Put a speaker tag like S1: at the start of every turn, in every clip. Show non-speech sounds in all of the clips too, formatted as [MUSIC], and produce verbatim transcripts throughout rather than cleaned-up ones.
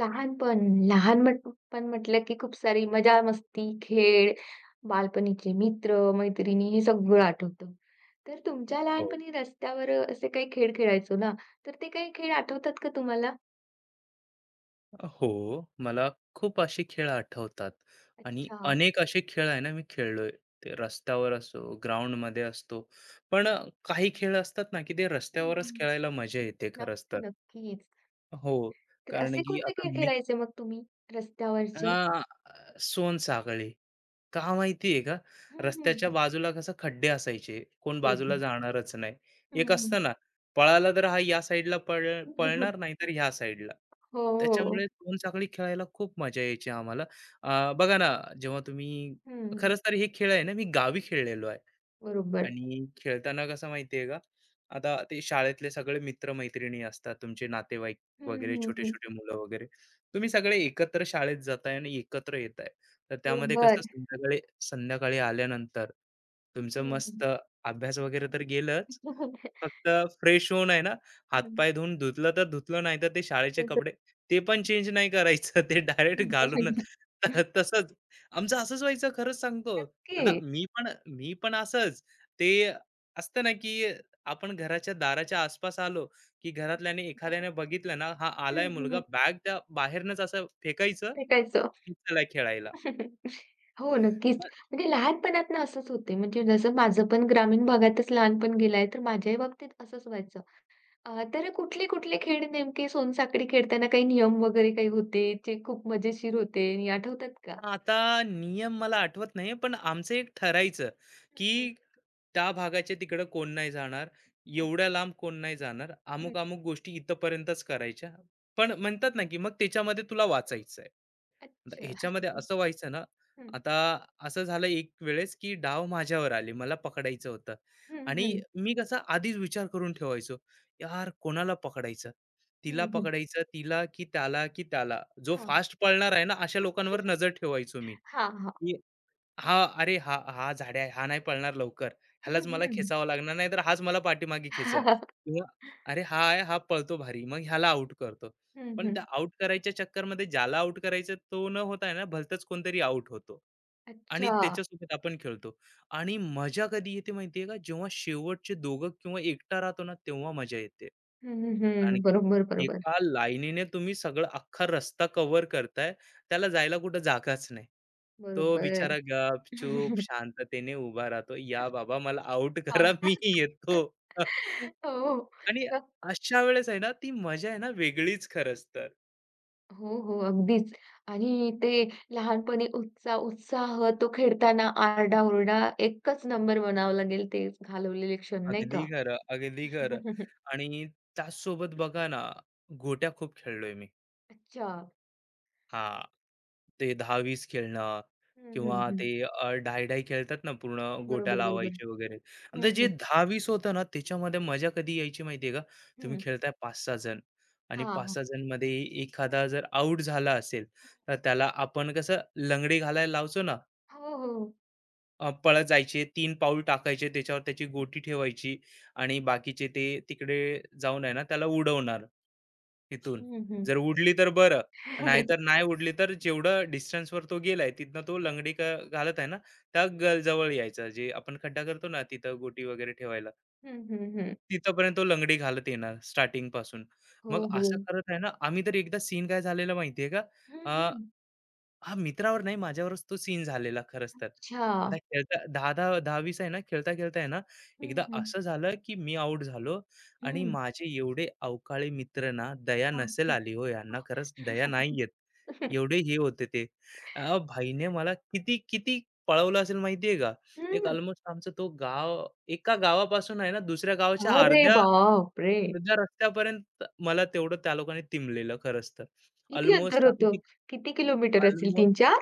S1: लहानपण, लहान म्हट पण म्हटलं की खूप सारी मजा, मस्ती, खेळ, बालपणीचे मित्र, मैत्रिणी हे सगळं आठवतं. तर तुमच्या
S2: हो.
S1: लहानपणी रस्त्यावर असे काही खेळ खेळायचो ना, तर ते काही खेळ आठवतात का तुम्हाला?
S2: हो, मला खूप असे खेळ आठवतात. आणि
S1: अच्छा.
S2: अनेक असे खेळ आहे ना मी खेळलोय. ते रस्त्यावर असो, ग्राउंडमध्ये असतो. पण अ, काही खेळ असतात ना, की ते
S1: हं,
S2: रस्त्यावरच
S1: हं.
S2: खेळायला मजा येते खरंच
S1: नक्की,
S2: तर.
S1: नक्कीच.
S2: हो,
S1: तर
S2: कारण
S1: असे
S2: की
S1: कोणते
S2: आता
S1: खेळ
S2: मी
S1: खेळायचे मग तुम्ही रस्त्यावरचे?
S2: हां, सोनसाखळी. का माहितीये का?
S1: हं, हं.
S2: रस्त्याच्या बाजूला कसं खड्डे असायचे. कोण बाजूला
S1: बरोबर.
S2: जाणारच नाही.
S1: हं,
S2: एक
S1: हं.
S2: असतं ना, पळाला तर हा या साईडला पळ पळणार नाही तर ह्या साईडला.
S1: हो,
S2: त्याच्यामुळे
S1: हो.
S2: दोन चाकडी खेळायला खूप मजा यायची आम्हाला. अ, बघा ना, जेव्हा तुम्ही
S1: हं.
S2: खरंच तर हे खेळ आहे ना, मी गावी खेळलेलो आहे.
S1: बरोबर.
S2: आणि खेळताना कसं माहितीये का, आता ते शाळेतले सगळे मित्र असतात, तुमचे नातेवाईक
S1: हं,
S2: वगैरे,
S1: हं, हं.
S2: छोटे-छोटे मुलं वगैरे. तुम्ही सगळे एकत्र शाळेत जाताय आणि एकत्र येताय. तर त्यामध्ये कसं
S1: बरोबर.
S2: संध्याकाळी संध्याकाळी आल्यानंतर तुमचं
S1: हं,
S2: मस्त
S1: हं.
S2: अभ्यास वगैरे तर गेलंच, फक्त फ्रेश होऊन आहे ना,
S1: हं. [LAUGHS]
S2: हातपाय धुवून धुतलं तर धुतलं, नाही तर ते शाळेचे कपडे ते पण चेंज नाही करायचं. ते डायरेक्ट घालूनच
S1: [LAUGHS]
S2: त तसंच आमचं असंच व्हायचं खरंच सांगतो. आता
S1: नक्की.
S2: मी पण मी पण असंच. ते असतं ना, की आपण घराच्या दाराच्या आसपास आलो, की घरातल्याने एखाद्याने बघितलं ना, हा आलाय
S1: हं,
S2: मुलगा,
S1: हं.
S2: बॅग त्या बाहेरनंच असं फेकायचं,
S1: भेटायचं.
S2: की चला खेळायला.
S1: [LAUGHS] हो, नक्कीच. म्हणजे लहानपणात ना असंच होते. म्हणजे जसं माझं पण ग्रामीण भागातच लहानपण गेलं तर माझ्याही बाबतीत असंच व्हायचं. अ, तर कुठले-कुठले खेळ नेमके सोनसाखळी खेळताना काही नियम वगैरे काही होते, जे खूप मजेशीर होते आणि आठवतात का?
S2: आता नियम मला आठवत नाही, पण आमचं एक ठरायचं,
S1: हं, हं.
S2: की त्या भागाच्या तिकडं कोण नाही जाणार,
S1: अ,
S2: एवढ्या लांब कोण नाही जाणार,
S1: हं.
S2: अमुक-अमुक गोष्टी इथपर्यंतच करायच्या. पण म्हणतात ना, की मग त्याच्यामध्ये तुला वाचायचं आहे. आता
S1: अच्छा.
S2: ह्याच्यामध्ये
S1: [LAUGHS]
S2: असं व्हायचं ना,
S1: हं.
S2: आता असं झालं एक वेळेस, की डाव माझ्यावर आले, मला पकडायचं होतं
S1: हं,
S2: आणि
S1: हं.
S2: मी कसा आधीच विचार करून ठेवायचो, "यार, कोणाला पकडायचं? तिला
S1: हं, हं.
S2: पकडायचं, तिला की त्याला की त्याला?" जो
S1: हां.
S2: फास्ट पळणार आहे ना, अशा लोकांवर नजर ठेवायचो मी.
S1: हां, हां.
S2: की हा अरे हा हा झाडे आहे हा नाही पळणार लवकर.
S1: हं,
S2: ह्यालाच मला
S1: हं.
S2: खेचावं लागणार नाही तर हाच मला पाठीमागे खेचन किंवा अरे हा आहे हा पळतो भारी मग ह्याला आउट करतो.
S1: हं,
S2: पण
S1: हं.
S2: त्या
S1: [LAUGHS]
S2: आउट करायच्या चक्करमध्ये ज्याला आउट करायचं तो न होता आहे ना भलतच कोणतरी आउट होतो आणि
S1: अच्छा.
S2: त्याच्यासोबत आपण खेळतो. आणि मजा कधी येते माहितीये का जेव्हा शेवटचे दोघं किंवा एकटा राहतो ना तेव्हा मजा येते.
S1: हं,
S2: कारण
S1: हं.
S2: की
S1: बरोबर, बरोबर.
S2: एका लाईनीने तुम्ही सगळं अख्खा रस्ता कव्हर करताय. त्याला जायला कुठं जागाच नाही. तो
S1: बरोबर.
S2: बिचारा गपचूप
S1: [LAUGHS]
S2: शांततेने उभा राहतो. "या बाबा मला आउट
S1: हां.
S2: करा मी येतो." [LAUGHS]
S1: हो.
S2: आणि
S1: नक्क
S2: अशा वेळेस आहे ना, ती मजा आहे ना वेगळीच खरंच तर.
S1: हो, हो. अगदीच. आणि ते लहानपणी उत्साह उत्साह तो खेळताना आरडा एकच नंबर म्हणावा लागेल ते घालवलेले क्षण नाही
S2: अगदी.
S1: का?
S2: खरं, अगदी खरं.
S1: [LAUGHS]
S2: आणि त्याचसोबत बघा ना, गोट्या खूप खेळलोय मी.
S1: अच्छा.
S2: हां. ते दहा-वीस खेळणं
S1: हं,
S2: किंवा
S1: हं,
S2: ते
S1: हं.
S2: अ, डाय-डाय खेळतात ना पूर्ण गोट्या
S1: बरोबर, बरोबर.
S2: लावायचे वगैरे. आता
S1: हं,
S2: जे
S1: हं,
S2: दहा-वीस होतं ना त्याच्यामध्ये मजा कधी यायची माहिती आहे का? तुम्ही
S1: हं.
S2: खेळताय पाच-सहा जण आणि
S1: हां, हां.
S2: पाच-सहा जणमध्ये एखादा जर आउट झाला असेल, तर त्याला आपण कसं लंगडी घालायला लावतो ना,
S1: हो, हो.
S2: अ, पळत जायचे, तीन पाऊल टाकायचे, त्याच्यावर त्याची गोटी ठेवायची आणि बाकीचे ते तिकडे जाऊन आहे ना त्याला उडवणार तिथून.
S1: हं, हं.
S2: जर उडली तर बरं, नाहीतर
S1: [LAUGHS]
S2: नाही उडली तर जेवढं डिस्टन्सवर तो गेलाय तिथनं तो लंगडी ग घालत आहे ना, त्या ग जवळ यायचा. जे आपण खड्डा करतो ना तिथं गोटी वगैरे ठेवायला,
S1: हं, हं, हं.
S2: तिथपर्यंत तो लंगडी घालत येणार स्टार्टिंगपासून.
S1: [LAUGHS] हो,
S2: मग
S1: हो.
S2: असं करत आहे ना, आम्ही तर एकदा सीन काय झालेला माहिती का?
S1: हं, हं.
S2: हां, मित्रावर नाही माझ्यावरच तो सीन झालेला खरंच तर.
S1: अच्छा.
S2: आता खेळता दहा-दहा, दहा-वीस आहे ना, खेळता-खेळता आहे ना,
S1: हं,
S2: एकदा
S1: हं.
S2: असं झालं, की मी आउट झालो आणि
S1: हं.
S2: माझे एवढे अवकाळी मित्र ना, दया
S1: हां.
S2: नसेल आली हो यांना खरंच दया नाही
S1: हं.
S2: येत. एवढे हे होते ते. अ, भाईने मला किती, किती पळवलं असेल माहिती का? एक
S1: [LAUGHS]
S2: अल्मोस्ट आमचं तो गाव एका गावापासून आहे ना, दुसऱ्या गावाच्या
S1: अरे
S2: अर्ध्या
S1: बापरे!
S2: अर्ध्या रस्त्यापर्यंत मला तेवढं त्या लोकांनी तिमलेलं खरंच तर.
S1: किती अंतर
S2: अल्मोस्ट आम्ही
S1: होतं? किती किलोमीटर असेल? तीन चार?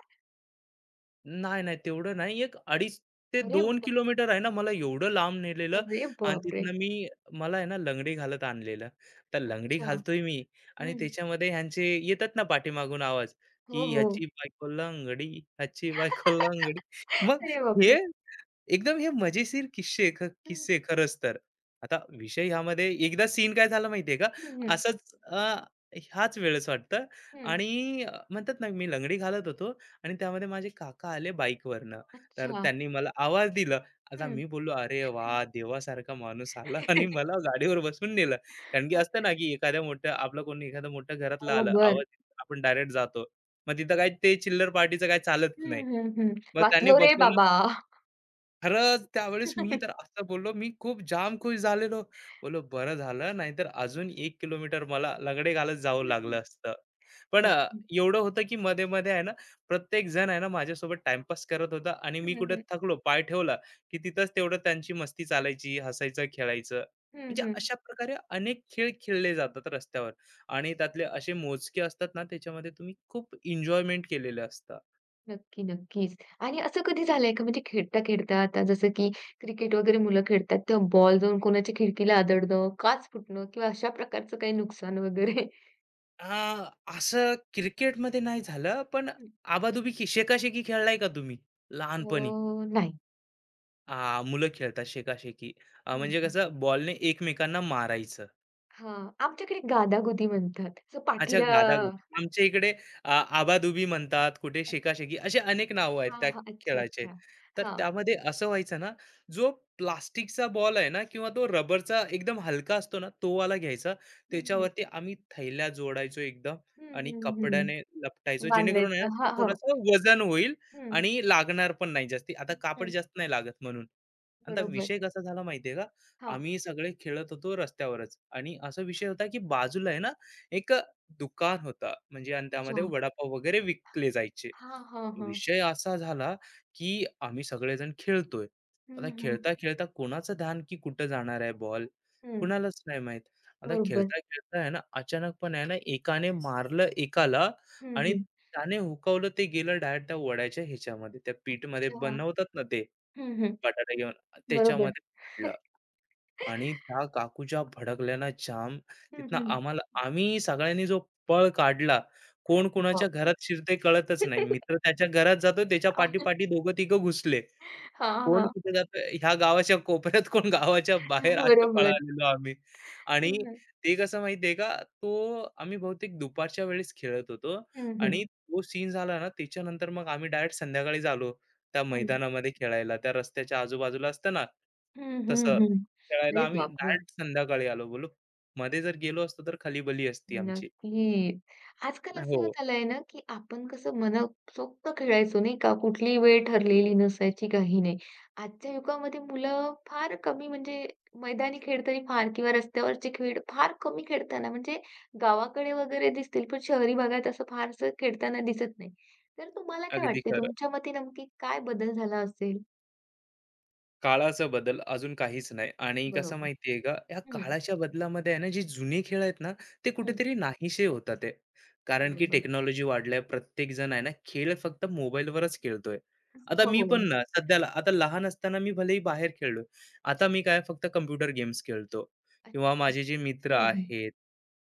S2: नाही, नाही तेवढं नाही. एक अडीच ते
S1: अरे
S2: दोन
S1: बाप
S2: किलोमीटर आहे ना, मला एवढं लांब नेलेलं.
S1: अरे
S2: आणि
S1: बापरे!
S2: तिथनं मी मला आहे ना, लंगडी घालत आणलेलं. तर लंगडी
S1: अच्छा.
S2: घालतोय मी आणि
S1: हं.
S2: त्याच्यामध्ये ह्यांचे येतात ना पाठीमागून आवाज,
S1: हो,
S2: की
S1: हो.
S2: ह्याची बायको लंगडी, ह्याची बायको
S1: [LAUGHS]
S2: लंगडी. मग
S1: अरे
S2: हे
S1: बापरे!
S2: एकदम हे मजेशीर किस्से ख
S1: हं,
S2: किस्से खरंच तर. आता विषय ह्यामध्ये एकदा सीन काय झाला माहितीये का?
S1: हं, हं,
S2: असंच अ, ह्याच वेळेस वाटतं.
S1: हं.
S2: आणि अ, म्हणतात ना मी लंगडी घालत होतो आणि त्यामध्ये माझे काका आले बाईकवरनं. तर
S1: अच्छा.
S2: त्यांनी मला आवाज दिला. आता
S1: हं.
S2: मी बोललो, "अरे वा देवासारखा माणूस आला [LAUGHS] आणि
S1: [LAUGHS]
S2: मला गाडीवर बसवून नेलं." कारण की असतं ना की एखाद्या मोठ्या आपलं कोणी एखादं मोठ्या घरातलं आलं,
S1: बरोबर.
S2: आवाज आपण डायरेक्ट जातो. मग तिथं काही ते चिल्लर पार्टीचं काही चालत
S1: हं,
S2: नाही.
S1: हं, हं.
S2: मग त्यांनी
S1: वाचलो रे
S2: बसवलं.
S1: बाबा.
S2: खरंच त्यावेळेस मी तर
S1: [LAUGHS]
S2: असं बोललो, मी खूप जामखुश झालेलो. बोललो बरं झालं नाहीतर अजून एक किलोमीटर मला लगड़े घालत जावं
S1: हं, हं.
S2: लागलं असतं. पण अ,
S1: नक्की.
S2: एवढं होतं की मध्ये-मध्ये आहे ना, प्रत्येक जण आहे ना माझ्यासोबत टाईमपास करत होता आणि मी
S1: हं,
S2: कुठे
S1: हं.
S2: थकलो, पाय ठेवला, की तिथंच तेवढं त्यांची मस्ती चालायची, हसायचं, खेळायचं.
S1: हं,
S2: म्हणजे
S1: हं.
S2: अशा प्रकारे अनेक खेळ खेळले जातात रस्त्यावर आणि त्यातले असे मोजके असतात ना, त्याच्यामध्ये तुम्ही खूप एन्जॉयमेंट केलेलं असतं.
S1: नक्की, नक्कीच. आणि असं कधी झालंय का म्हणजे खेळता-खेळता आता जसं की क्रिकेट वगैरे मुलं खेळतात, तेव्हा बॉल जाऊन कोणाच्या खिडकीला आदळणं, काच फुटणं किंवा अशा प्रकारचं काही नुकसान वगैरे?
S2: हां, असं क्रिकेटमध्ये नाही झालं, पण
S1: [LAUGHS]
S2: आबाधुबी की शेकाशेकी खेळलाय का तुम्ही?
S1: अ,
S2: लहानपणी?
S1: नाही.
S2: आ, मुलं खेळतात शेकाशेकी. अ,
S1: हं,
S2: म्हणजे
S1: हं.
S2: कसं बॉलने एकमेकांना मारायचं.
S1: हां, आमच्याकडे गादागुदी म्हणतात. असं
S2: अच्छा,
S1: पाठीला
S2: गादागोटी. आमच्या इकडे अ, आबाधुबी म्हणतात, कुठे शेकाशेकी असे अनेक नावं आहेत
S1: हां,
S2: त्या
S1: हां. अच्छा,
S2: खेळाचे.
S1: अच्छा.
S2: तर
S1: हां.
S2: त्यामध्ये असं व्हायचं ना, जो प्लास्टिकचा बॉल आहे ना किंवा तो रबरचा एकदम हलका असतो ना, तो वाला घ्यायचा.
S1: हं, हं.
S2: त्याच्यावरती आम्ही थैल्या जोडायचो एकदम
S1: हं,
S2: आणि
S1: हं,
S2: कपड्याने
S1: हं.
S2: लपटायचो, जेणेकरून आहे ना,
S1: बांधायचं.
S2: तो
S1: हां, हो.
S2: थोडंसं वजन होईल
S1: हं,
S2: आणि लागणार पण नाही जास्ती. आता कापड
S1: हं,
S2: जास्त नाही लागत म्हणून. आणि आता
S1: बरोबर.
S2: विषय कसा झाला माहिती का?
S1: हां.
S2: आम्ही सगळे खेळत होतो रस्त्यावरच आणि असा विषय होता, की बाजूला आहे ना, एक दुकान होता म्हणजे आणि त्यामध्ये
S1: अच्छा.
S2: वडापाव वगैरे विकले जायचे.
S1: हां, हां, हां.
S2: विषय असा झाला, की आम्ही सगळेजण खेळतोय. आता
S1: हं, हं.
S2: खेळता-खेळता कोणाचं ध्यान की कुठं जाणार आहे बॉल,
S1: हं.
S2: कुणालाच नाही माहीत. आता
S1: बरोबर.
S2: खेळता-खेळता आहे ना, अचानकपणे आहे ना, एकाने मारलं एकाला
S1: हं,
S2: आणि
S1: हं.
S2: त्याने हुकवलं ते गेलं डायरेक्ट त्या वड्याच्या ह्याच्यामध्ये, त्या पीठमध्ये
S1: अच्छा.
S2: बनवतात ना ते
S1: हं, हं.
S2: बटाटा घेऊन
S1: बरोबर.
S2: त्याच्यामध्ये पडलं. आणि त्या काकू ज्या भडकल्या ना जाम,
S1: हं,
S2: तिथनं
S1: हं.
S2: आम्हाला आम्ही सगळ्यांनी जो पळ काढला,
S1: हां,
S2: कोण
S1: हो.
S2: कोणाच्या घरात शिरतंय कळतच नाही. मित्र
S1: [LAUGHS]
S2: त्याच्या घरात जातो, त्याच्या पाठी-पाठी दोघं-तिघं घुसले.
S1: हां,
S2: कोण
S1: हां.
S2: कुठे जातं ह्या गावाच्या कोपऱ्यात, कोण गावाच्या बाहेर असं
S1: बरोबर.
S2: पळालेलो आम्ही.
S1: हं,
S2: आणि
S1: हं.
S2: ते कसं माहिती का, तो आम्ही बहुतेक दुपारच्या वेळेस खेळत होतो.
S1: हं,
S2: आणि
S1: हं.
S2: तो सीन झाला ना, त्याच्यानंतर मग आम्ही डायरेक्ट संध्याकाळीच आलो त्या
S1: हं.
S2: मैदानामध्ये खेळायला. त्या रस्त्याच्या आजूबाजूला असतं ना,
S1: हं, हं,
S2: तसं
S1: हं.
S2: खेळायला
S1: अरे
S2: आम्ही
S1: बापरे!
S2: डायरेक्ट संध्याकाळी आलो. बोललो मध्ये जर गेलो असतो तर खलीबली असती आमची.
S1: नक्की. आजकाल
S2: हो,
S1: असं झालंय ना, की आपण कसं मनसोक्त खेळायचो नाही का? कुठलीही वेळ ठरलेली नसायची, काही नाही. आजच्या युगामध्ये मुलं फार कमी म्हणजे मैदानी खेळ तरी फार किंवा रस्त्यावरचे खेळ फार कमी खेळताना म्हणजे गावाकडे वगैरे दिसतील, पण शहरी भागात असं फारसं खेळताना दिसत नाही. तर तुम्हाला काय
S2: अगदी
S1: वाटते
S2: खरं.
S1: तुमच्या मते नक्की काय बदल झाला असेल?
S2: काळाचा बदल अजून काहीच नाही आणि कसं
S1: बरोबर.
S2: माहितीये का, या
S1: हं,
S2: काळाच्या बदलामध्ये आहे ना, जे जुने खेळ आहेत ना, ते
S1: हं.
S2: कुठेतरी नाहीसे होतात आहे. कारण की
S1: बरोबर.
S2: टेक्नॉलॉजी वाढल्या, प्रत्येक जण आहे ना, खेळ फक्त मोबाईलवरच खेळतोय. आता
S1: हो,
S2: मी
S1: हो.
S2: पण ना, सध्याला आता लहान असताना मी भलेही बाहेर खेळलोय. आता मी काय फक्त कॉम्प्युटर गेम्स खेळतो किंवा
S1: अच्छा.
S2: माझे जे मित्र
S1: हं, हं.
S2: आहेत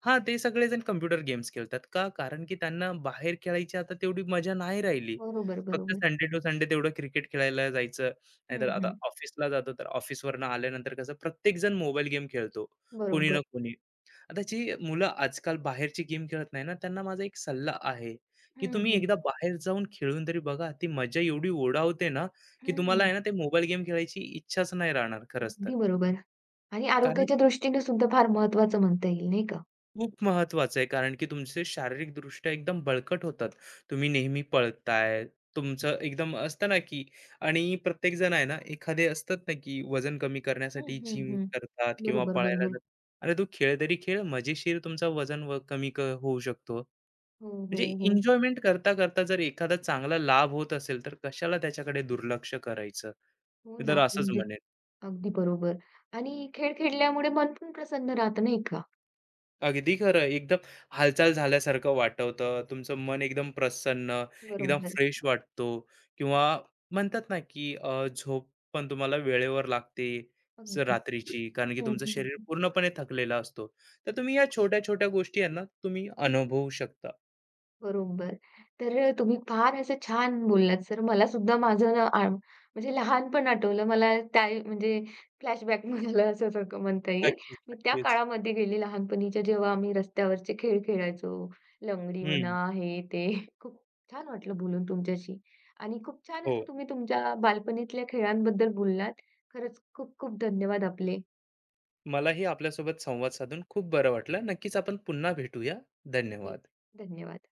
S2: हां, ते सगळेजण कॉम्प्युटर गेम्स खेळतात. का? कारण की त्यांना बाहेर खेळायची आता तेवढी मजा नाही राहिली.
S1: बरोबर,
S2: फक्त
S1: बरोबर.
S2: संडे टू संडे तेवढं क्रिकेट खेळायला जायचं. नाहीतर
S1: हं,
S2: आता
S1: हं.
S2: ऑफिसला जातो, तर ऑफिसवरून आल्यानंतर कसं प्रत्येकजण मोबाईल गेम खेळतो, कोणी ना
S1: बरोबर.
S2: कोणी. आता जी मुलं आजकाल बाहेरची गेम खेळत नाही ना, त्यांना माझा एक सल्ला आहे, की
S1: हं,
S2: तुम्ही
S1: हं.
S2: एकदा बाहेर जाऊन खेळून तरी बघा. ती मजा एवढी ओढावते ना, की तुम्हाला
S1: हं.
S2: आहे ना, ते मोबाईल गेम खेळायची इच्छाच नाही राहणार खरंच तर.
S1: अगदी बरोबर. आणि
S2: कारण
S1: आरोग्याच्या दृष्टीने सुद्धा फार महत्त्वाचं म्हणता येईल, नाही का?
S2: खूप महत्वाचं आहे कारण की तुमचे शारीरिकदृष्ट्या एकदम बळकट होतात. तुम्ही नेहमी पळताय, तुमचं एकदम असतं ना की आणि प्रत्येक जण आहे ना, एखादे असतात ना की वजन कमी
S1: हं,
S2: करण्यासाठी
S1: हं,
S2: जिम
S1: हं.
S2: करतात किंवा
S1: बरोबर,
S2: पळायला
S1: बरोबर.
S2: जातात. अरे तो खेळ तरी खेळ मजेशीर तुमचं वजन व कमी क होऊ शकतो.
S1: हो, हो,
S2: म्हणजे
S1: हो.
S2: एन्जॉयमेंट करता, करता जर एखादा चांगला लाभ होत असेल, तर कशाला त्याच्याकडे दुर्लक्ष करायचं?
S1: हो
S2: मी
S1: ना,
S2: तर असंच
S1: अगदीच.
S2: म्हणेन.
S1: अगदी बरोबर. आणि खेळ खेळल्यामुळे मन पण प्रसन्न राहतं, नाही का?
S2: अगदी खरं. एकदम हालचाल झाल्यासारखं वाटतं. तुमचं मन एकदम प्रसन्न, एकदम
S1: बरोबर.
S2: फ्रेश वाटतो किंवा म्हणतात ना, की अ, झोप पण तुम्हाला वेळेवर लागते स
S1: अगदी.
S2: रात्रीची. कारण की
S1: हं,
S2: तुमचं
S1: हं,
S2: शरीर
S1: हं.
S2: पूर्णपणे थकलेलं असतो. तर तुम्ही या छोट्या-छोट्या गोष्टी आहे तुम्ही अनुभवू शकता.
S1: बरोबर. तर तुम्ही फार असं छान बोललात सर. मला सुद्धा माझं ना आ म्हणजे लहानपण आठवलं. मला त्या म्हणजे फ्लॅशबॅक मिळालं [LAUGHS] असं सारखं म्हणता येईल.
S2: नक्कीच,
S1: मी त्या
S2: नक्कीच.
S1: काळामध्ये गेली लहानपणीच्या जेव्हा आम्ही रस्त्यावरचे खेळ खेळायचो. लंगडी म्हणा,
S2: हं.
S1: हे ते. खूप छान वाटलं बोलून तुमच्याशी आणि खूप छान
S2: हो.
S1: असं तुम्ही तुमच्या बालपणीतल्या खेळांबद्दल बोललात. खरंच खूप खूप धन्यवाद आपले.
S2: मलाही आपल्यासोबत संवाद साधून खूप बरं वाटलं. नक्कीच आपण पुन्हा भेटूया.
S1: नक्कीच.
S2: धन्यवाद.
S1: धन्यवाद.